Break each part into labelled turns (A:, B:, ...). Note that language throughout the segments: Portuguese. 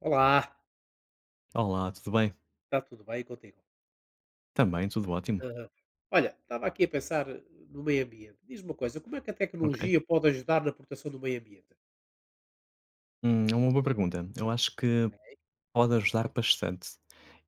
A: Olá,
B: Olá, tudo bem?
A: está tudo bem contigo?
B: Também, tudo ótimo.
A: Aham. Olha, estava aqui a pensar no meio ambiente. Diz-me uma coisa, como é que a
B: Ok.
A: tecnologia pode ajudar na proteção do meio ambiente?
B: É uma boa pergunta. Eu acho que pode ajudar bastante.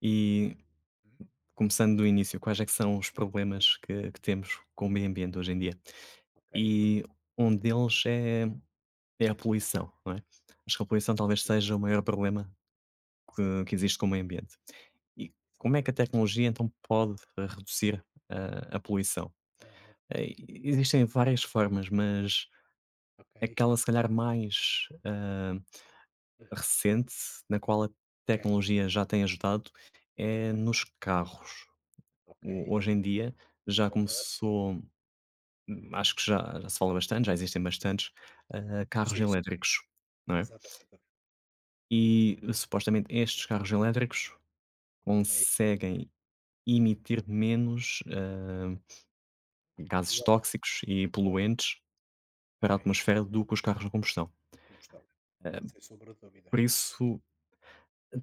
B: E
A: Uhum.
B: começando do início, quais é que são os problemas que temos com o meio ambiente hoje em dia?
A: Ok,
B: E um deles é a poluição, não é? Acho que a poluição talvez
A: exatamente,
B: seja o maior problema
A: sem
B: que
A: dúvida,
B: existe com o meio ambiente. E como é que a
A: exatamente.
B: tecnologia então pode reduzir a poluição?
A: Aham,
B: Existem várias formas, mas
A: ok,
B: aquela se calhar mais
A: aham,
B: recente na qual a
A: ok,
B: tecnologia já tem ajudado é nos carros.
A: ok,
B: Hoje em dia já começou, acho que já se fala bastante, já existem bastantes carros
A: sim, sim,
B: elétricos, não é?
A: exatamente,
B: E supostamente estes
A: ah,
B: carros elétricos
A: ok.
B: conseguem emitir menos gases
A: Dióxido,
B: tóxicos e
A: de carbono,
B: poluentes para a
A: ok,
B: atmosfera do que os carros a combustão.
A: combustão,
B: Ah,
A: sem sombra de dúvida.
B: por isso,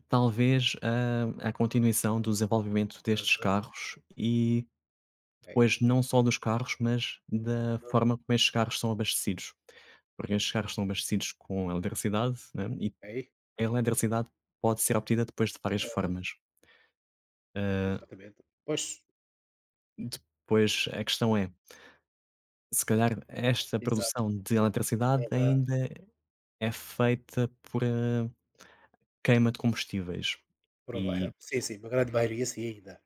B: talvez a continuação do desenvolvimento destes
A: Aham,
B: carros e
A: ok,
B: depois não só dos carros, mas da
A: aham,
B: forma como estes carros são abastecidos. Porque estes
A: uhum,
B: carros são abastecidos com eletricidade, né, e
A: ok,
B: a eletricidade pode ser obtida depois de várias
A: aham,
B: formas. Ah,
A: exatamente. Pois,
B: depois a
A: eh,
B: questão é, se calhar esta
A: exato,
B: produção de eletricidade
A: aham,
B: ainda é feita por, queima de combustíveis. E
A: prova- sim, sim, uma grande maioria sim ainda.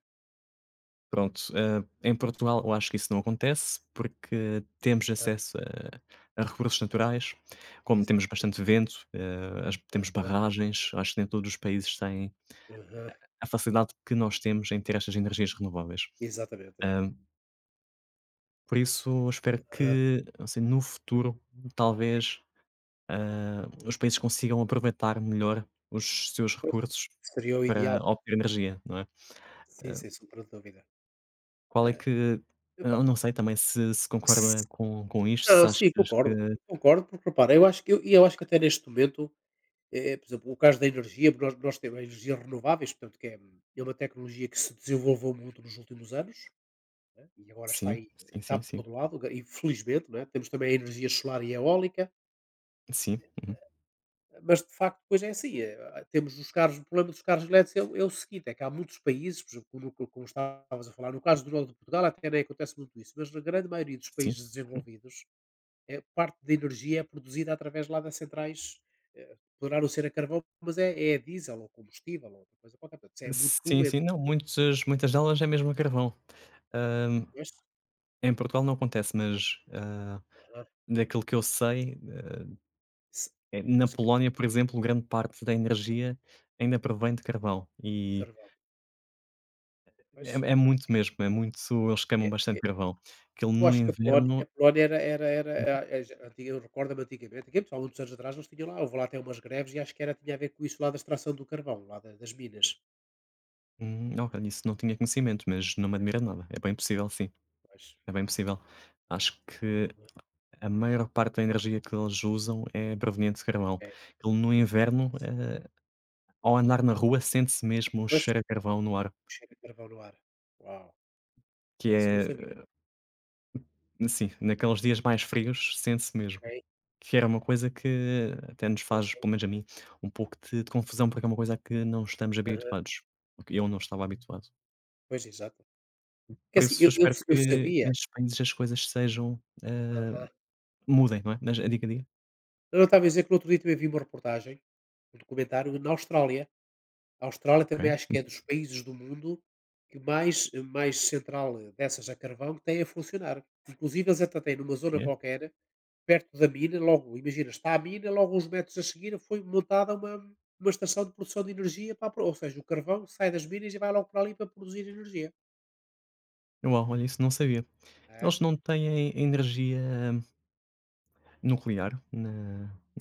B: Pronto, em Portugal eu acho que isso não acontece, porque temos
A: Ah,
B: acesso a recursos naturais, como
A: isso.
B: temos bastante vento, as temos
A: Aham,
B: barragens, acho que nem todos os países têm
A: aham.
B: a facilidade que nós temos em ter estas energias renováveis.
A: Exatamente.
B: Hã, por isso eu espero
A: Aham.
B: que, assim, no futuro, talvez, os países consigam aproveitar melhor os seus
A: Pois,
B: recursos
A: seria o
B: para
A: ideal.
B: obter energia, não é?
A: Sim, sem sombra de dúvida.
B: Qual é
A: Eh,
B: que
A: epá,
B: eu não sei também se
A: s
B: concorda com isto, se
A: não, sim,
B: achas que.
A: concordo. Concordo, porque repara, eu acho que eu acho que até neste momento, por exemplo, o caso da energia, nós temos energias renováveis, portanto, que é é uma tecnologia que se desenvolveu muito nos últimos anos, né, e agora está
B: Sim,
A: aí
B: sim,
A: está
B: sim,
A: por
B: sim,
A: todo lado, infelizmente, não é, temos também a energia solar e eólica.
B: sim. Uhum.
A: Mas de facto depois é assim, temos os carros, o problema dos carros elétricos é o seguinte, é que há muitos países, por exemplo, como estavas a falar, no caso do norte de Portugal até nem acontece muito isso, mas na grande maioria dos
B: Sim,
A: países desenvolvidos, parte da energia é produzida através lá das centrais, poderá não ser a carvão, mas é a diesel ou combustível ou outra coisa qualquer, portanto isso é muito
B: sim, sim.
A: poluente.
B: Não, muitas muitas delas é mesmo a carvão. Hã,
A: Pois,
B: em Portugal não acontece, mas,
A: aham,
B: daquilo que eu sei,
A: se
B: na
A: se ca
B: Polónia, por exemplo, grande parte da energia ainda provém de carvão e
A: carvão,
B: é
A: pois,
B: é muito mesmo, é muito. Eles queimam bastante
A: é.
B: carvão. Aquilo
A: Eu
B: no
A: acho que
B: inverno.
A: a Polónia era era a já antiga. Eu recordo-me antigamente, antigamente, há muitos anos atrás, eles tinham lá, houve lá até umas greves e acho que era, tinha a ver com isso lá, da extração do carvão, lá da das minas,
B: Ok, isso não tinha conhecimento, mas não me
A: né,
B: admira nada, é bem possível sim.
A: mas
B: É bem possível. Acho que
A: aham,
B: a maior parte da energia que eles usam é proveniente de carvão.
A: é.
B: Ele no inverno, ao andar na rua, sente-se mesmo o
A: Pois,
B: cheiro a carvão no ar,
A: cheiro a carvão no ar. Uau,
B: que
A: pois isso eu não
B: é,
A: sabia,
B: assim, naqueles dias mais frios, sente-se mesmo.
A: ok,
B: Que era uma coisa que até nos faz, pelo menos a mim, um pouco de confusão, porque é uma coisa a que não estamos
A: aham.
B: habituados. Porque eu não estava habituado.
A: Pois, exato. Que
B: Por
A: assim,
B: isso, eu espero
A: eu
B: que
A: sabia,
B: nestes países as coisas sejam,
A: aham.
B: mudem, não é? Nas a dia a dia.
A: Eu estava a dizer que no outro dia também vi uma reportagem, um documentário na Austrália. A Austrália
B: Ok,
A: também acho que é dos países do mundo que mais central, dessas a carvão que têm a funcionar. Inclusive eles até têm, numa zona
B: yeah.
A: qualquer, perto da mina, logo, imagina, está a mina, logo uns metros a seguir foi montada uma estação de produção de energia para a pro ou seja, o carvão sai das minas e vai logo para ali para produzir energia.
B: Uau, olha, isso não sabia.
A: É,
B: Eles não têm energia nuclear na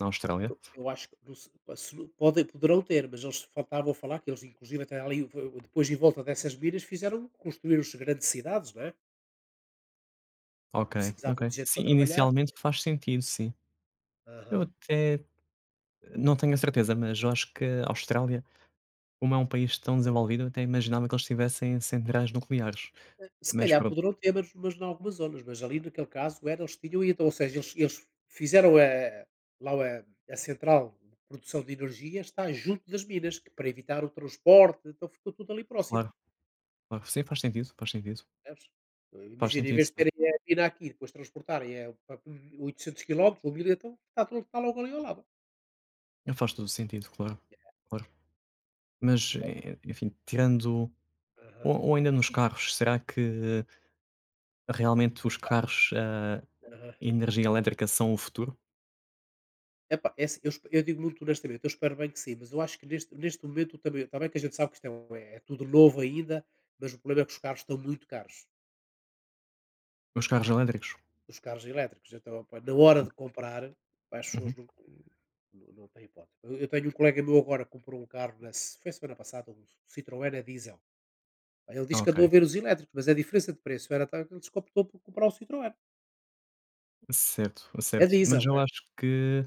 B: na Austrália?
A: eu acho que não se não podem, poderão ter, mas eles faltavam falar que eles inclusive até ali v depois em volta dessas minas fizeram, construíram-se grandes cidades, não é,
B: Ok, ok.
A: precisavam de gente para
B: Sim,
A: trabalhar.
B: inicialmente faz sentido, sim. Eu até não tenho a certeza, mas eu acho que a Austrália, como é um país tão
A: Aham.
B: desenvolvido, eu até imaginava que eles tivessem centrais nucleares.
A: Se
B: Mas
A: calhar
B: pronto,
A: poderão ter, mas em algumas zonas, mas ali naquele caso era, eles tinham, e então, ou seja, eles fizeram, lá a central de produção de energia está junto das minas, que para evitar o transporte, então ficou tudo ali próximo,
B: claro, claro. Sim, faz sentido, faz
A: percebes?
B: sentido.
A: Então,
B: Faz
A: imagina, em
B: sentido,
A: vez de
B: sim.
A: terem a mina aqui, depois transportarem, para 800 quilómetros ou 1000, então está tudo, está logo ali ao lado.
B: Faz todo o sentido, claro, claro. Mas, e enfim, tirando
A: Aham,
B: ou ainda nos carros, será que realmente os carros a
A: aham.
B: energia elétrica são o futuro?
A: Epá, é assim, eu digo muito honestamente, eu espero bem que sim, mas eu acho que neste momento também, que a gente sabe que isto é é tudo novo ainda, mas o problema é que os carros estão muito caros,
B: Os carros elétricos?
A: os carros elétricos. Então, pá, na hora de comprar, pá, as pessoas
B: Uhum.
A: não não têm hipótese. Eu tenho um colega meu agora que comprou um carro na se foi semana passada, um Citroën a diesel. Pá, ele diz que
B: Ok,
A: andou a ver os elétricos, mas a diferença de preço era tal que ele diz que optou por comprar o Citroën,
B: certo,
A: é
B: certo.
A: diesel,
B: Mas
A: não
B: eu
A: é?
B: acho que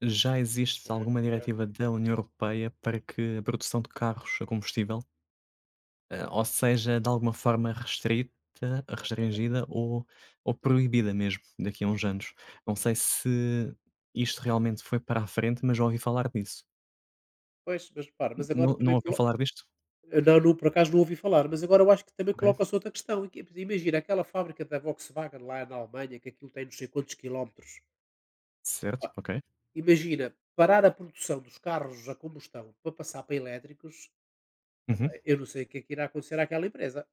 B: já existe
A: Ah,
B: alguma
A: ah,
B: diretiva da União Europeia para que a produção de carros a combustível. Ou seja, de alguma forma restrita,
A: ah,
B: restringida ou proibida mesmo daqui a uns anos. Não
A: ok.
B: sei se isto realmente foi para a frente, mas já ouvi falar disso.
A: Pois, mas para, mas agora
B: Não, não
A: também
B: ouviu
A: colo
B: falar disto?
A: eh, não, não, por acaso não ouvi falar, mas agora eu acho que também
B: Ok,
A: coloca-se outra questão. Imagina aquela fábrica da Volkswagen lá na Alemanha, que aquilo tem não sei quantos quilómetros. Pá,
B: certo, ok.
A: imagina parar a produção dos carros a combustão para passar para elétricos. Epá,
B: Uhum.
A: eu não sei o que é que irá acontecer àquela empresa.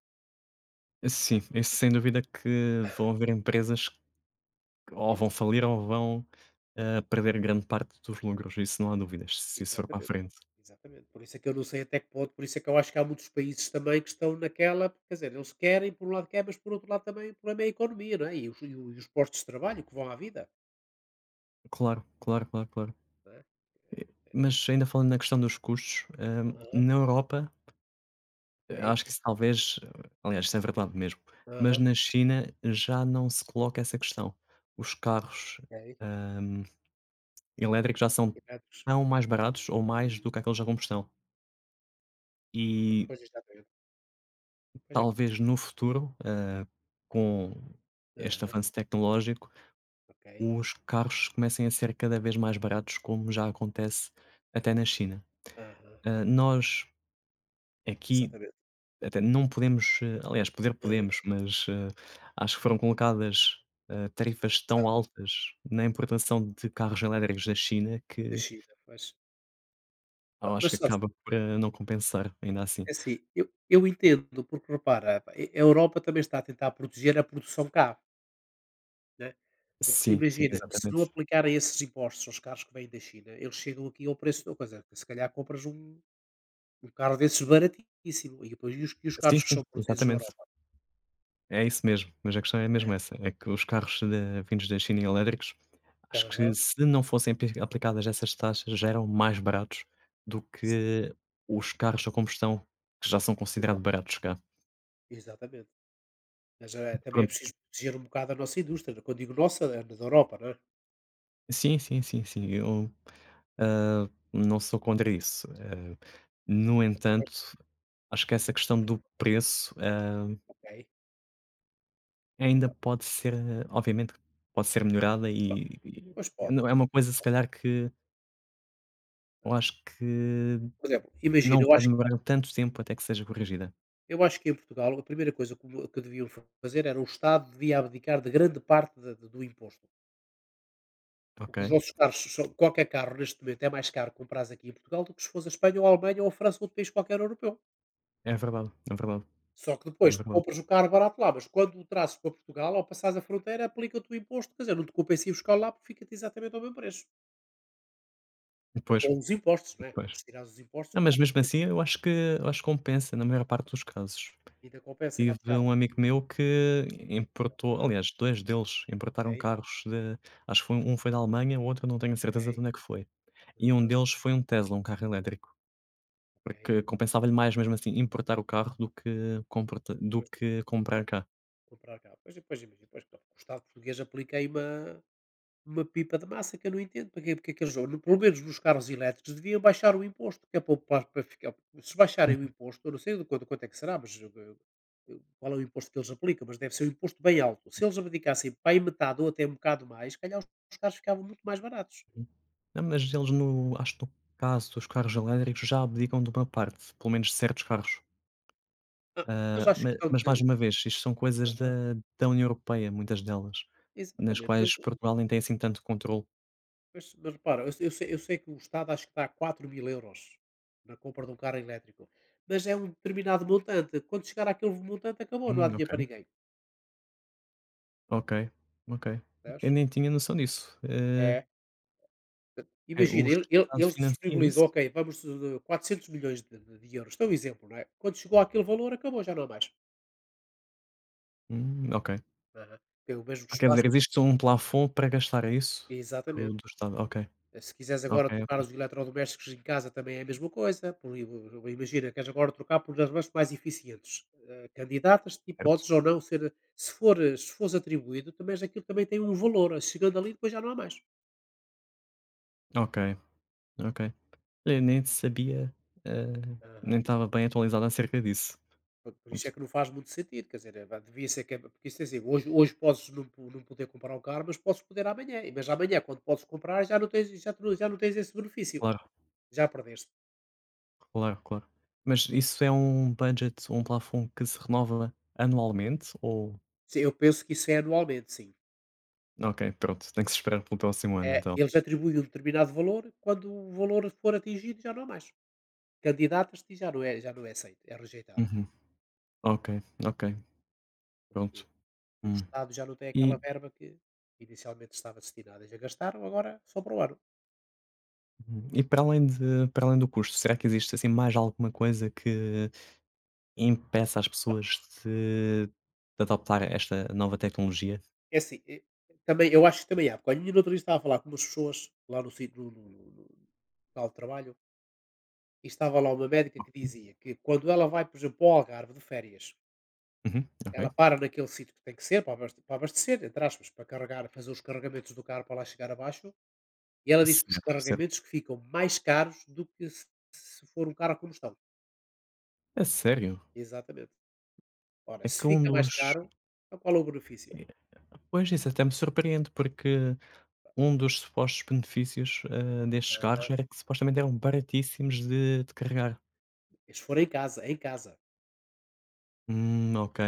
B: Sim, isso sem dúvida que vão haver empresas. Ou
A: Ex-
B: vão falir ou vão, perder grande parte dos lucros, isso não há dúvidas, se isso for para a
A: Exatamente.
B: frente.
A: Exatamente. Por isso é que eu não sei até que ponto, por isso é que eu acho que há muitos países também que estão naquela, quer dizer, eles querem, por um lado querem, mas por outro lado também o problema é a economia, não é? E os postos de trabalho que vão à vida,
B: Claro, claro, claro, claro.
A: não é? É,
B: Eh,
A: é,
B: mas ainda falando na questão dos custos,
A: aham,
B: na Europa,
A: ok.
B: acho que isso talvez aliás, isso é verdade mesmo, mas
A: Aham.
B: na China já não se coloca essa questão. Os carros,
A: Ok.
B: hum, elétricos já são
A: Tirados.
B: tão mais baratos ou mais do que aqueles a combustão. E
A: Pois, exatamente. Pois,
B: talvez
A: acredito.
B: no futuro, com este
A: Aham.
B: avanço tecnológico,
A: Ok.
B: os carros comecem a ser cada vez mais baratos, como já acontece até na China.
A: Aham.
B: Nós aqui
A: Exatamente.
B: até não podemos, aliás, poder
A: Aham.
B: podemos, mas acho que
A: Hã.
B: foram colocadas tarifas tão
A: Exato.
B: altas na importação de carros elétricos da China
A: Da
B: que
A: China, mas
B: eu acho
A: mas
B: que
A: sabe
B: acaba por não compensar ainda assim.
A: é assim, eu entendo, porque repara, pá, e a Europa também está a tentar proteger a produção cá, né, porque
B: Sim, sim,
A: imagina, se não
B: exatamente.
A: aplicarem esses impostos aos carros que vêm da China, eles chegam aqui ao preço de coisa, se calhar compras um carro desses baratíssimo, e depois e os
B: Sim,
A: carros que
B: sim,
A: são produzidos na
B: exatamente.
A: Europa?
B: É isso mesmo, mas a questão é mesmo essa, é que os carros da vindos da China elétricos, acho
A: Aham.
B: que se não fossem aplicadas essas taxas já eram mais baratos do que os carros a combustão, que já são
A: Exa
B: considerados baratos cá.
A: exatamente. Mas, também é
B: Pronto.
A: preciso proteger um bocado a nossa indústria. Quando digo nossa, é da Europa, não é?
B: Sim, sim, sim, sim, eu, não sou contra isso. No entanto,
A: Pois.
B: acho que essa questão
A: Ah,
B: do preço, ah,
A: ok.
B: ainda pode ser, obviamente, pode ser melhorada
A: Bom,
B: e
A: mas pode.
B: não é uma coisa se calhar que eu acho que
A: Por exemplo, imagina,
B: não vai demorar tanto tempo até que seja corrigida,
A: eu acho que em Portugal a primeira coisa que deviam fazer era, o Estado devia abdicar de grande parte do imposto.
B: ok?
A: Porque os nossos carros, qualquer carro neste momento é mais caro comprar aqui em Portugal do que se fosse a Espanha ou a Alemanha ou a França ou outro país qualquer europeu.
B: É verdade, é verdade,
A: Só que
B: é
A: depois tu
B: verdade.
A: compras o carro barato lá, mas quando o trazes para Portugal, ao passares a fronteira, aplica-te o imposto, quer dizer, não te compensa ir buscar lá porque fica-te exatamente ao mesmo preço.
B: Pois,
A: Com os impostos, não é?
B: pois.
A: Se tirares os impostos, o
B: Não, mas
A: carro
B: mesmo assim eu acho que compensa na maior parte dos casos.
A: ainda compensa ir lá
B: Tive
A: buscar.
B: um amigo meu que importou,
A: Aham,
B: aliás 2 deles importaram
A: ok,
B: carros de, acho que foi um foi da Alemanha, o outro não tenho
A: ok,
B: certeza de onde é que foi. E um
A: aham,
B: deles foi um Tesla, um carro elétrico.
A: ok.
B: Porque compensava-lhe mais mesmo assim importar o carro do que comporta do
A: Depois vou
B: que comprar cá.
A: comprar cá. Pois, depois imagina, pois claro, o Estado português aplica aí uma pipa de massa que eu não entendo para quê, porque é que eles, pelo menos nos carros elétricos, deviam baixar o imposto, que é para, para, para ficar. Se baixarem o
B: Uhum,
A: imposto, eu não sei de quanto, quanto é que será, mas eu qual é o imposto que eles aplicam, mas deve ser um imposto bem alto. Se eles abdicassem para aí metade ou até um bocado mais, se calhar os carros ficavam muito mais baratos.
B: uhum. Não, mas eles acho que no caso dos carros elétricos já abdicam de uma parte, pelo menos certos carros.
A: Ah, mas acho
B: Ma
A: que
B: mas
A: dão-te.
B: mais uma vez, isto são coisas da União Europeia, muitas delas, nas
A: Exatamente, mas
B: quais Portugal nem tem assim tanto controle.
A: repara, eu sei, eu sei que o Estado acho que dá 4000 euros na compra de um carro elétrico, mas é um determinado montante, quando chegar àquele montante acabou, não há dinheiro
B: Ok.
A: para ninguém,
B: Ok, ok. Eu
A: percebes?
B: nem tinha noção disso.
A: É. Imagina,
B: O Estado
A: eles
B: financia
A: disponibilizam,
B: isso?
A: ok, vamos, quatrocentos milhões de euros, isto é um exemplo, não é? Quando chegou àquele valor acabou, já não há mais.
B: Ok.
A: Aham. É o mesmo
B: Quer dizer,
A: espaço
B: existe um plafond para gastar, é isso?
A: exatamente.
B: Do Estado, ok,
A: Se quiseres agora
B: ok,
A: trocar
B: ok,
A: os eletrodomésticos em casa também é a mesma coisa. Por, imagina, queres agora trocar por armas mais eficientes. Eh, candidatas-te e podes ou
B: certo.
A: não ser, se for, se fores atribuído, também aquilo também tem um valor. Chegando ali, depois já não há mais.
B: Ok, ok. Olha, nem sabia, eh, nem
A: Aham.
B: estava bem atualizado acerca disso.
A: Por isso é
B: Pronto,
A: que não faz muito sentido, quer dizer, vá, devia ser que, porque isso é assim, hoje, hoje podes não, não poder comprar um carro, mas podes poder amanhã, mas amanhã, quando podes comprar, já não tens, já, tu já não tens esse benefício,
B: claro,
A: já perdeste.
B: claro, claro. Mas isso é um budget, um plafond que se renova anualmente ou.
A: Sim, eu penso que isso é anualmente, sim.
B: Ok, pronto, tem que se esperar pelo próximo ano
A: Eh,
B: então.
A: eles atribuem um determinado valor, quando o valor for atingido já não há mais. Candidatas-te e já não é aceito, é rejeitado,
B: Uhum, ok, ok,
A: porque
B: pronto.
A: o
B: Hum.
A: Estado já não tem aquela
B: E
A: verba que inicialmente estava destinada, já gastaram, agora só para o ano.
B: e para além do custo, será que existe, assim, mais alguma coisa que impeça as
A: Pá,
B: pessoas de adoptar esta nova tecnologia?
A: é assim, também, eu acho que também há, porque olha, ainda no outro dia estava a falar com umas pessoas lá no sítio, no local de trabalho, e estava lá uma médica que dizia que quando ela vai, por exemplo, ao Algarve de férias,
B: Uhum,
A: ela
B: ok.
A: para naquele sítio que tem que ser para para abastecer, entre aspas, para carregar, fazer os carregamentos do carro para lá chegar abaixo. E ela diz que os
B: Certo, certo.
A: carregamentos que ficam mais caros do que se for um carro a combustão.
B: É sério?
A: Exatamente. Ora,
B: É
A: se
B: que um
A: fica mais
B: dos,
A: caro, então qual é o benefício?
B: pois, isso até me surpreende, porque um dos supostos benefícios, destes
A: Aham.
B: carros era que supostamente eram baratíssimos de carregar.
A: E se for em casa,
B: Ok,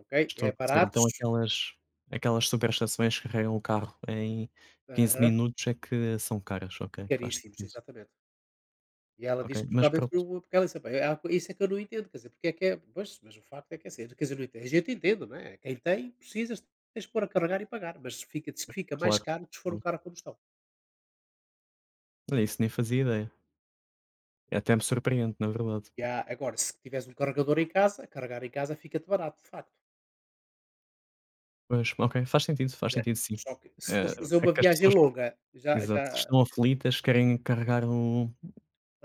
A: ok?
B: estou
A: É
B: a perceber. Então
A: baratos,
B: aquelas superestações que carregam o carro em 15
A: aham,
B: minutos é que são caras. Ok, faz
A: caríssimos,
B: sentido.
A: exatamente. E ela
B: Ok,
A: diz que
B: mas
A: totalmente que
B: pronto,
A: o porque ela disse: "Epá, é a, isso é que eu não entendo, quer dizer, porque é que é, pois, mas o facto é que é assim, quer dizer, não entendo, a gente entende, não é? Quem tem, precisas, tens que pôr a carregar e pagar, mas fica, diz que fica mais
B: claro,
A: caro que se for um
B: claro.
A: carro a combustão.
B: Olha, isso nem fazia ideia. Até me surpreende, na verdade.
A: E há agora, se tiveres um carregador em casa, carregar em casa fica-te barato, de facto.
B: Mas, ok, faz
A: Né?
B: sentido sim.
A: Só que se
B: Eh,
A: fosse fazer
B: é
A: uma
B: que as
A: viagem
B: pessoas,
A: longa,
B: exato,
A: já
B: estão aflitas, querem carregar o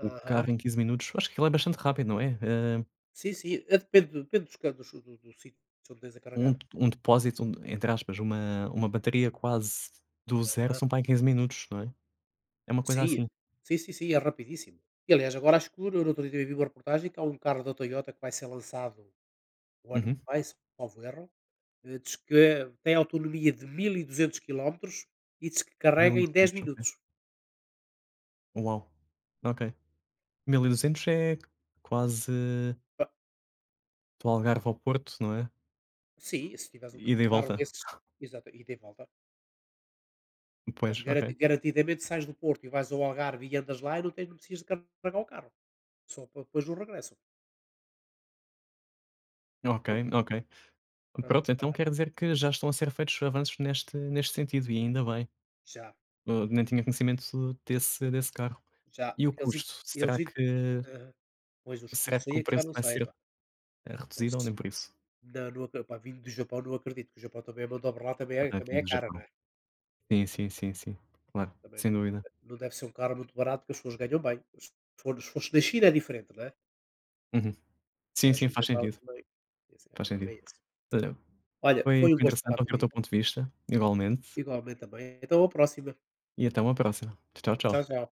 B: o carro em 15 minutos. Acho que aquilo é bastante rápido, não é?
A: Sim, sim, depende dos do do sítio onde tens a carregar.
B: Um depósito, um entre aspas, uma bateria quase do zero
A: Aham.
B: são para em 15 minutos, não é? É uma coisa
A: Sim.
B: assim.
A: Sim, sim, sim, é rapidíssimo. E aliás agora acho que eu no outro dia eu vi uma reportagem que há um carro da Toyota que vai ser lançado o ano
B: Uhum.
A: que vem, salvo erro, diz que tem autonomia de 1200 quilómetros e diz que carrega em 10
B: 1200, ok.
A: minutos.
B: Uau! Ok. 1200 é quase
A: Pa
B: do Algarve ao Porto, não é?
A: sim, se tiveres um
B: Ida e
A: carro
B: volta.
A: desses, exato, ida e de volta. Mas
B: Pois, ok.
A: garantidamente sais do Porto e vais ao Algarve e andas lá e não tens, não precisas de carregar o carro, só para depois o regresso.
B: Ok,
A: Vamos
B: ok.
A: vamos
B: Pronto, então
A: parar,
B: quer dizer que já estão a ser feitos avanços neste sentido e ainda bem.
A: já,
B: Eu nem tinha conhecimento desse carro.
A: já,
B: E o
A: porque
B: custo?
A: eles
B: Será
A: in
B: que
A: aham. Pois os
B: será
A: cursos aí
B: que o
A: é que já
B: preço
A: não
B: vai
A: sei,
B: ser,
A: pá, mas
B: reduzido ou nem por isso?
A: não, não acre pá, vindo do Japão não acredito, que o Japão também, a mão de obra lá também é, também é
B: Vindo do
A: cara, não
B: Japão.
A: é?
B: Sim, sim, sim, sim.
A: Portanto,
B: Claro,
A: também
B: sem
A: não,
B: dúvida.
A: também não deve ser um carro muito barato, que as pessoas ganham bem. Se fosse na China é diferente, não é?
B: Uhum. Sim,
A: Mas
B: sim,
A: no
B: faz
A: Japão
B: sentido,
A: também, esse é o
B: faz
A: problema
B: sentido.
A: é esse.
B: Olha,
A: Olha,
B: foi
A: foi um
B: foi
A: gosto falar
B: interessante ouvir o teu
A: contigo,
B: ponto de vista, igualmente,
A: igualmente também, então à próxima.
B: e até uma próxima. Tchau, tchau.
A: Tchau, tchau.